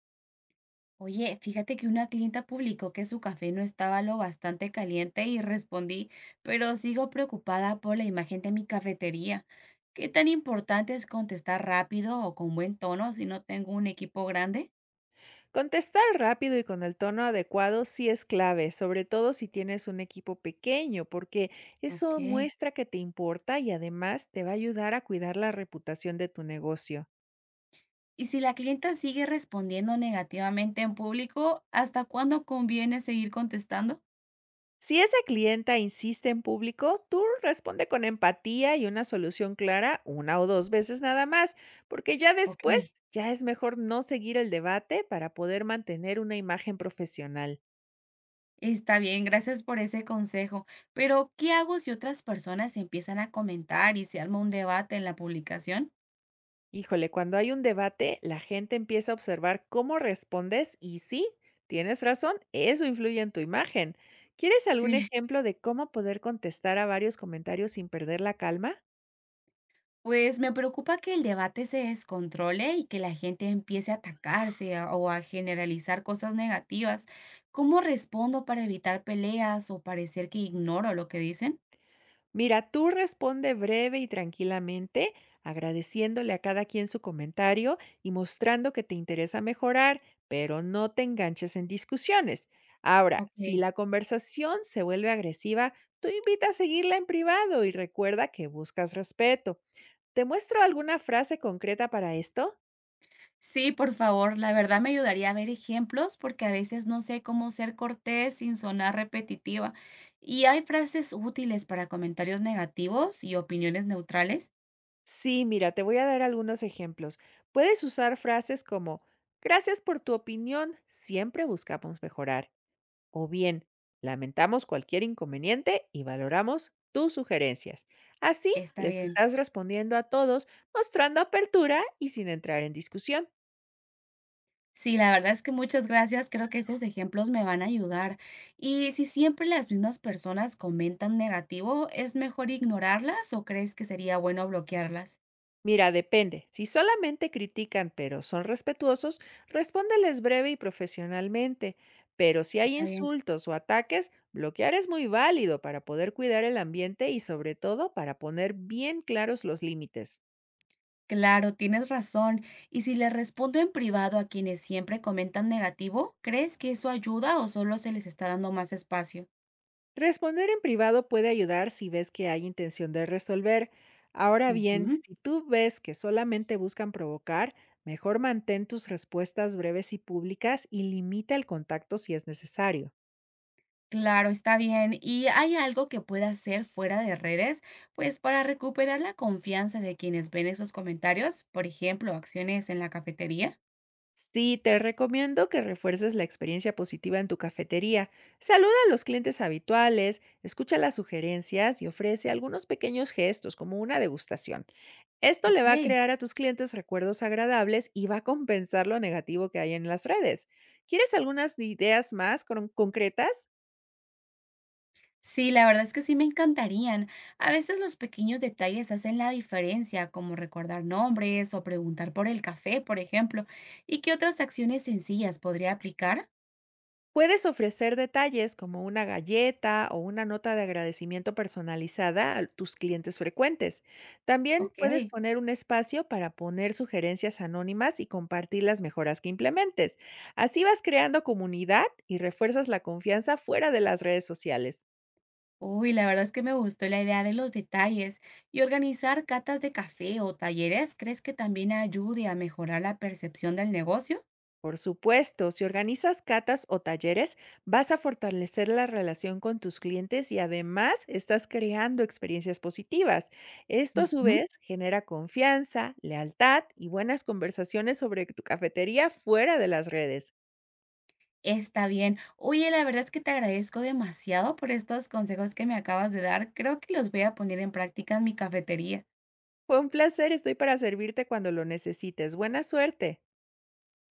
Oye, fíjate que una clienta publicó que su café no estaba lo bastante caliente y respondí, pero sigo preocupada por la imagen de mi cafetería. ¿Qué tan importante es contestar rápido o con buen tono si no tengo un equipo grande? Contestar rápido y con el tono adecuado sí es clave, sobre todo si tienes un equipo pequeño, porque eso Ok. muestra que te importa y además te va a ayudar a cuidar la reputación de tu negocio. Y si la clienta sigue respondiendo negativamente en público, ¿hasta cuándo conviene seguir contestando? Si esa clienta insiste en público, tú responde con empatía y una solución clara una o dos veces nada más, porque ya Ok. después ya es mejor no seguir el debate para poder mantener una imagen profesional. Está bien, gracias por ese consejo, pero ¿qué hago si otras personas empiezan a comentar y se arma un debate en la publicación? Híjole, cuando hay un debate, la gente empieza a observar cómo respondes y sí, tienes razón, eso influye en tu imagen. ¿Quieres algún Sí, ejemplo de cómo poder contestar a varios comentarios sin perder la calma? pues me preocupa que el debate se descontrole y que la gente empiece a atacarse o a generalizar cosas negativas. ¿Cómo respondo para evitar peleas o parecer que ignoro lo que dicen? Mira, tú responde breve y tranquilamente, agradeciéndole a cada quien su comentario y mostrando que te interesa mejorar, pero no te enganches en discusiones. Ahora, si Ok. la conversación se vuelve agresiva, tú invita a seguirla en privado y recuerda que buscas respeto. ¿Te muestro alguna frase concreta para esto? Sí, por favor, la verdad me ayudaría a ver ejemplos porque a veces no sé cómo ser cortés sin sonar repetitiva. ¿Y hay frases útiles para comentarios negativos y opiniones neutrales? Sí, mira, te voy a dar algunos ejemplos. Puedes usar frases como, gracias por tu opinión, siempre buscamos mejorar. O bien, lamentamos cualquier inconveniente y valoramos tus sugerencias. Así Está les bien. estás respondiendo a todos, mostrando apertura y sin entrar en discusión. Sí, la verdad es que muchas gracias, creo que estos ejemplos me van a ayudar. Y si siempre las mismas personas comentan negativo, ¿es mejor ignorarlas o crees que sería bueno bloquearlas? Mira, depende. Si solamente critican pero son respetuosos, respóndeles breve y profesionalmente. Pero si hay Está bien. insultos o ataques, bloquear es muy válido para poder cuidar el ambiente y sobre todo para poner bien claros los límites. Claro, tienes razón. Y si les respondo en privado a quienes siempre comentan negativo, ¿crees que eso ayuda o solo se les está dando más espacio? Responder en privado puede ayudar si ves que hay intención de resolver. Ahora bien, Ujú. si tú ves que solamente buscan provocar, mejor mantén tus respuestas breves y públicas y limita el contacto si es necesario. Claro, está bien. ¿Y hay algo que pueda hacer fuera de redes, pues para recuperar la confianza de quienes ven esos comentarios? Por ejemplo, acciones en la cafetería. Sí, te recomiendo que refuerces la experiencia positiva en tu cafetería. Saluda a los clientes habituales, escucha las sugerencias y ofrece algunos pequeños gestos como una degustación. Esto le Ok. va a crear a tus clientes recuerdos agradables y va a compensar lo negativo que hay en las redes. ¿Quieres algunas ideas más concretas? Sí, la verdad es que sí me encantarían. A veces los pequeños detalles hacen la diferencia, como recordar nombres o preguntar por el café, por ejemplo. ¿Y qué otras acciones sencillas podría aplicar? Puedes ofrecer detalles como una galleta o una nota de agradecimiento personalizada a tus clientes frecuentes. También Ok. puedes poner un espacio para poner sugerencias anónimas y compartir las mejoras que implementes. Así vas creando comunidad y refuerzas la confianza fuera de las redes sociales. Uy, la verdad es que me gustó la idea de los detalles y organizar catas de café o talleres, ¿crees que también ayude a mejorar la percepción del negocio? Por supuesto, si organizas catas o talleres, vas a fortalecer la relación con tus clientes y además estás creando experiencias positivas. Esto a su Ujú. vez genera confianza, lealtad y buenas conversaciones sobre tu cafetería fuera de las redes. Está bien. Oye, la verdad es que te agradezco demasiado por estos consejos que me acabas de dar. Creo que los voy a poner en práctica en mi cafetería. Fue un placer, estoy para servirte cuando lo necesites. Buena suerte.